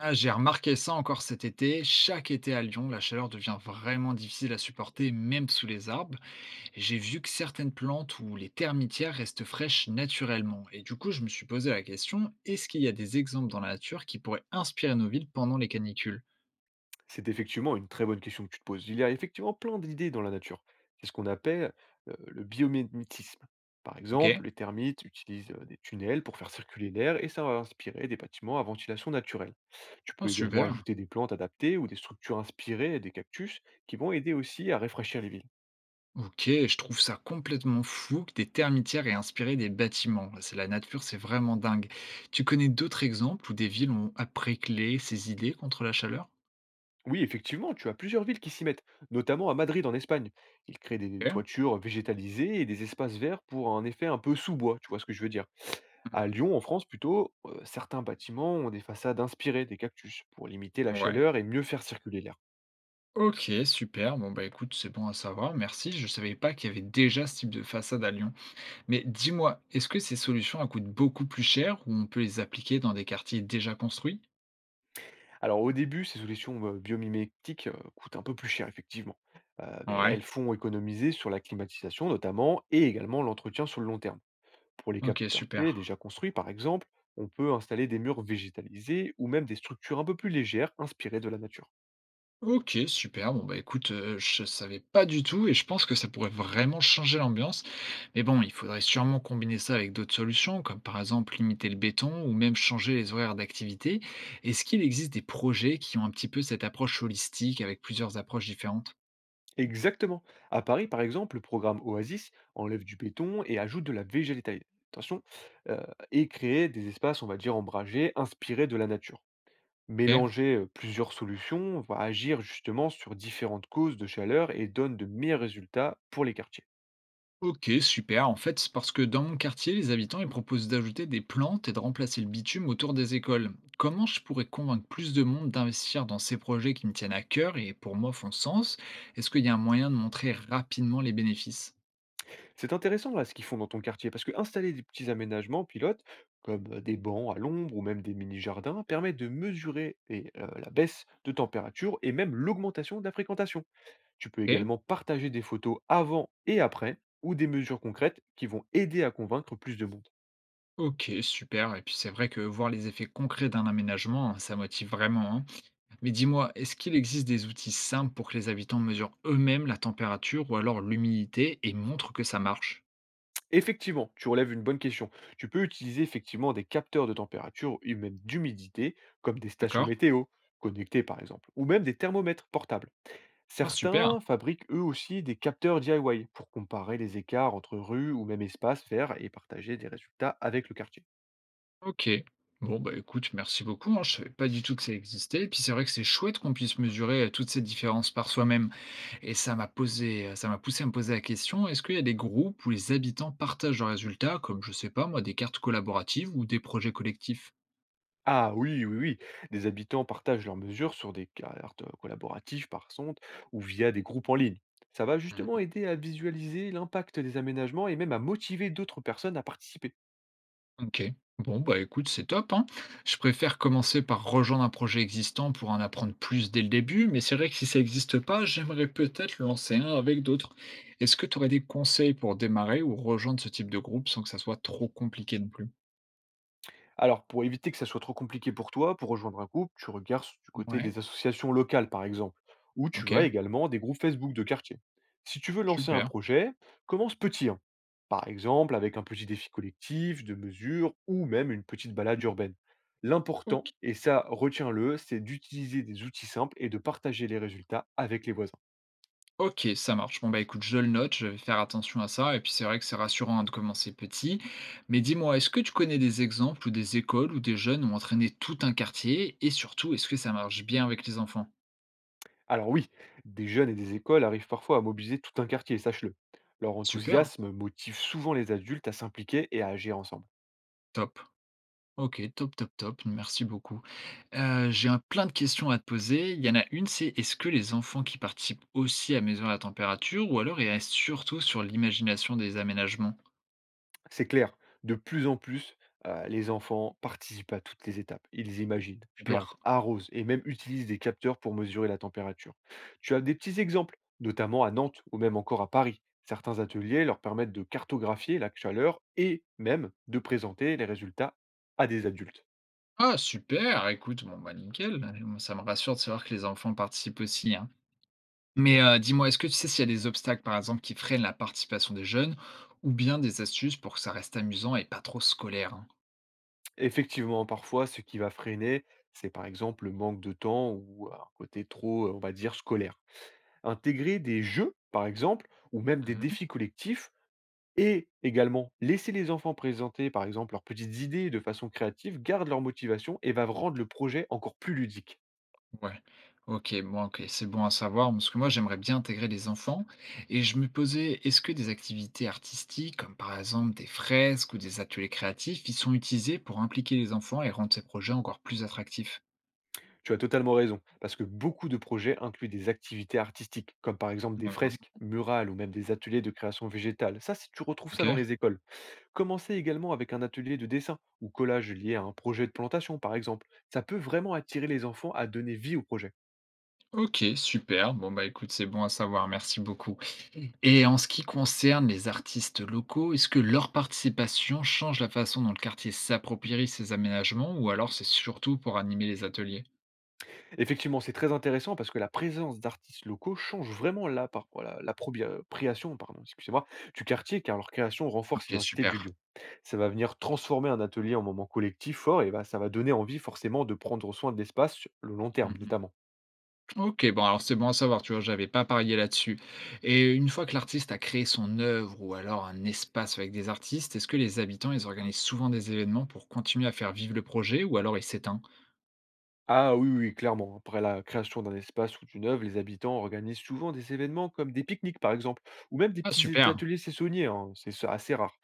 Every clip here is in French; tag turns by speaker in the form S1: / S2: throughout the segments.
S1: Ah, j'ai remarqué ça encore cet été. Chaque été à Lyon, la chaleur devient vraiment difficile à supporter, même sous les arbres. Et j'ai vu que certaines plantes ou les termitières restent fraîches naturellement. Et du coup, je me suis posé la question, est-ce qu'il y a des exemples dans la nature qui pourraient inspirer nos villes pendant les canicules?
S2: C'est effectivement une très bonne question que tu te poses. Il y a effectivement plein d'idées dans la nature. C'est ce qu'on appelle le biomimétisme. Par
S1: Ok,
S2: exemple, les termites utilisent des tunnels pour faire circuler l'air et ça va inspirer des bâtiments à ventilation naturelle. Tu
S1: oh,
S2: peux également
S1: super.
S2: ajouter des plantes adaptées ou des structures inspirées des cactus qui vont aider aussi à rafraîchir les villes.
S1: Ok, je trouve ça complètement fou que des termitières aient inspiré des bâtiments. C'est la nature, c'est vraiment dingue. Tu connais d'autres exemples où des villes ont apprêclé ces idées contre la chaleur?
S2: Oui, effectivement, tu as plusieurs villes qui s'y mettent, notamment à Madrid en Espagne. Ils créent des
S1: Ok,
S2: toitures végétalisées et des espaces verts pour un effet un peu sous-bois, tu vois ce que je veux dire. À Lyon, en France plutôt, certains bâtiments ont des façades inspirées des cactus pour limiter la
S1: ouais.
S2: chaleur et mieux faire circuler l'air.
S1: Ok, super. Bon, bah écoute, c'est bon à savoir. Merci. Je savais pas qu'il y avait déjà ce type de façade à Lyon. Mais dis-moi, est-ce que ces solutions elles coûtent beaucoup plus cher ou on peut les appliquer dans des quartiers déjà construits?
S2: Alors au début, ces solutions, biomimétiques, coûtent un peu plus cher effectivement, mais
S1: Ouais.
S2: elles font économiser sur la climatisation notamment et également l'entretien sur le long terme. Pour les
S1: Ok, super.
S2: quartiers déjà construits par exemple, on peut installer des murs végétalisés ou même des structures un peu plus légères inspirées de la nature.
S1: Ok, super. Bon, bah écoute, je savais pas du tout et je pense que ça pourrait vraiment changer l'ambiance. Mais bon, il faudrait sûrement combiner ça avec d'autres solutions, comme par exemple limiter le béton ou même changer les horaires d'activité. Est-ce qu'il existe des projets qui ont un petit peu cette approche holistique avec plusieurs approches différentes?
S2: Exactement. À Paris, par exemple, le programme Oasis enlève du béton et ajoute de la végétalité, attention, euh, et crée des espaces, on va dire, ombragés, inspirés de la nature.
S1: Ok.
S2: Mélanger plusieurs solutions va agir justement sur différentes causes de chaleur et donne de meilleurs résultats pour les quartiers.
S1: Ok, super. En fait, c'est parce que dans mon quartier, les habitants ils proposent d'ajouter des plantes et de remplacer le bitume autour des écoles. Comment je pourrais convaincre plus de monde d'investir dans ces projets qui me tiennent à cœur et pour moi font sens? Est-ce qu'il y a un moyen de montrer rapidement les bénéfices?
S2: C'est intéressant là, ce qu'ils font dans ton quartier, parce que installer des petits aménagements pilotes, comme des bancs à l'ombre ou même des mini-jardins, permet de mesurer et, la baisse de température et même l'augmentation de la fréquentation. Tu peux également
S1: Ok,
S2: partager des photos avant et après ou des mesures concrètes qui vont aider à convaincre plus de monde.
S1: ok, super. Et puis c'est vrai que voir les effets concrets d'un aménagement, hein, ça motive vraiment, hein. Mais dis-moi, est-ce qu'il existe des outils simples pour que les habitants mesurent eux-mêmes la température ou alors l'humidité et montrent que ça marche?
S2: Effectivement, tu relèves une bonne question. Tu peux utiliser effectivement des capteurs de température et même d'humidité, comme des stations
S1: D'accord?
S2: météo connectées par exemple, ou même des thermomètres portables.
S1: Ah, super.
S2: Certains fabriquent eux aussi des capteurs DIY pour comparer les écarts entre rues ou même espaces verts et partager des résultats avec le quartier.
S1: OK. Bon, bah, écoute, merci beaucoup, hein, je savais pas du tout que ça existait. Et puis c'est vrai que c'est chouette qu'on puisse mesurer, toutes ces différences par soi-même et ça m'a posé, ça m'a poussé à me poser la question, est-ce qu'il y a des groupes où les habitants partagent leurs résultats comme, je sais pas moi, des cartes collaboratives ou des projets collectifs?
S2: Ah oui, oui, oui. Des habitants partagent leurs mesures sur des cartes collaboratives par sonde ou via des groupes en ligne. Ça va justement aider à visualiser l'impact des aménagements et même à motiver d'autres personnes à participer.
S1: OK. Bon, bah écoute, c'est top, hein. Je préfère commencer par rejoindre un projet existant pour en apprendre plus dès le début, mais c'est vrai que si ça n'existe pas, j'aimerais peut-être lancer un avec d'autres. Est-ce que tu aurais des conseils pour démarrer ou rejoindre ce type de groupe sans que ça soit trop compliqué non plus?
S2: Alors, pour éviter que ça soit trop compliqué pour toi, pour rejoindre un groupe, tu regardes du côté
S1: Ouais,
S2: des associations locales, par exemple, ou
S1: ok,
S2: tu as également des groupes Facebook de quartier. Si tu veux lancer un
S1: super.
S2: projet, commence petit. Hein. Par exemple, avec un petit défi collectif, de mesures, ou même une petite balade urbaine.
S1: Ok.
S2: L'important, et ça retiens-le, c'est d'utiliser des outils simples et de partager les résultats avec les voisins.
S1: Ok, ça marche. Bon, bah écoute, je le note, je vais faire attention à ça. Et puis c'est vrai que c'est rassurant hein, de commencer petit. Mais dis-moi, est-ce que tu connais des exemples où des écoles ou des jeunes ont entraîné tout un quartier? Et surtout, est-ce que ça marche bien avec les enfants?
S2: Alors oui, des jeunes et des écoles arrivent parfois à mobiliser tout un quartier, sache-le. Leur
S1: Super,
S2: enthousiasme motive souvent les adultes à s'impliquer et à agir ensemble.
S1: top. OK, top, top, top. Merci beaucoup. J'ai un plein de questions à te poser. Il y en a une, c'est est-ce que les enfants qui participent aussi à mesurer la température ou alors ils restent surtout sur l'imagination des aménagements?
S2: C'est clair, de plus en plus, les enfants participent à toutes les étapes. Ils imaginent,
S1: Super.
S2: plantent, arrosent et même utilisent des capteurs pour mesurer la température. Tu as des petits exemples, notamment à Nantes ou même encore à Paris. Certains ateliers leur permettent de cartographier la chaleur et même de présenter les résultats à des adultes.
S1: Ah super! Écoute, bon, bah, nickel, ça me rassure de savoir que les enfants participent aussi, hein. Mais, dis-moi, est-ce que tu sais s'il y a des obstacles, par exemple, qui freinent la participation des jeunes ou bien des astuces pour que ça reste amusant et pas trop scolaire, hein?
S2: Effectivement, parfois, ce qui va freiner, c'est par exemple le manque de temps ou un côté trop, on va dire, scolaire. Intégrer des jeux, par exemple, ou même des
S1: Mmh.
S2: défis collectifs. Et également, laisser les enfants présenter, par exemple, leurs petites idées de façon créative garde leur motivation et va rendre le projet encore plus ludique.
S1: Ouais. OK, bon, OK, c'est bon à savoir parce que moi, j'aimerais bien intégrer les enfants et je me posais, est-ce que des activités artistiques comme par exemple des fresques ou des ateliers créatifs, ils sont utilisés pour impliquer les enfants et rendre ces projets encore plus attractifs?
S2: Tu as totalement raison, parce que beaucoup de projets incluent des activités artistiques, comme par exemple des
S1: Mhm.
S2: fresques, murales ou même des ateliers de création végétale. Ça, tu retrouves
S1: OK.
S2: ça dans les écoles. Commencez également avec un atelier de dessin ou collage lié à un projet de plantation, par exemple. Ça peut vraiment attirer les enfants à donner vie au projet.
S1: OK, super. Bon, bah écoute, c'est bon à savoir, merci beaucoup. Et en ce qui concerne les artistes locaux, est-ce que leur participation change la façon dont le quartier s'approprie ces aménagements ou alors c'est surtout pour animer les ateliers?
S2: Effectivement, c'est très intéressant parce que la présence d'artistes locaux change vraiment la par- la l'appropriation, pardon, excusez-moi, du quartier, car leur création renforce
S1: OK,
S2: l'identité
S1: super.
S2: du lieu. Ça va venir transformer un atelier en moment collectif fort et bah, ça va donner envie forcément de prendre soin de l'espace sur le long terme
S1: Mhm.
S2: notamment.
S1: OK, bon alors c'est bon à savoir, tu vois? J'avais pas parié là-dessus et une fois que l'artiste a créé son œuvre ou alors un espace avec des artistes, est-ce que les habitants, ils organisent souvent des événements pour continuer à faire vivre le projet ou alors il s'éteint?
S2: Ah oui, oui, clairement. Après la création d'un espace ou d'une œuvre, les habitants organisent souvent des événements comme des pique-niques par exemple, ou même des
S1: Ah
S2: petits
S1: super!
S2: ateliers saisonniers, hein, assez rare.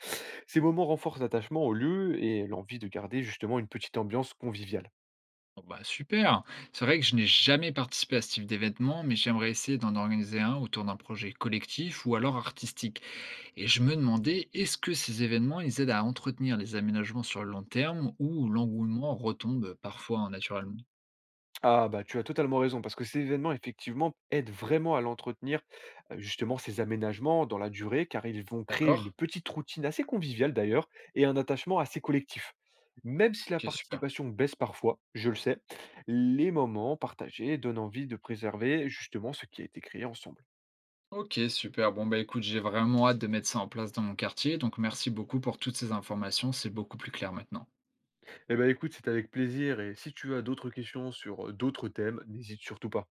S2: Ces moments renforcent l'attachement au lieu et l'envie de garder justement une petite ambiance conviviale.
S1: Bon bah super! C'est vrai que je n'ai jamais participé à ce type d'événement, mais j'aimerais essayer d'en organiser un autour d'un projet collectif ou alors artistique et je me demandais, est-ce que ces événements, ils aident à entretenir les aménagements sur le long terme ou l'engouement retombe parfois hein, naturellement?
S2: Ah bah, tu as totalement raison, parce que ces événements, effectivement, aident vraiment à l'entretenir, justement, ces aménagements dans la durée, car ils vont créer
S1: D'accord?
S2: une petite routine assez conviviale d'ailleurs et un attachement assez collectif. Même si la
S1: OK, super.
S2: participation baisse parfois, je le sais, les moments partagés donnent envie de préserver justement ce qui a été créé ensemble.
S1: Ok, super. Bon, bah écoute, j'ai vraiment hâte de mettre ça en place dans mon quartier. Donc, merci beaucoup pour toutes ces informations. C'est beaucoup plus clair maintenant.
S2: Eh ben écoute, c'est avec plaisir et si tu as d'autres questions sur, d'autres thèmes, n'hésite surtout pas.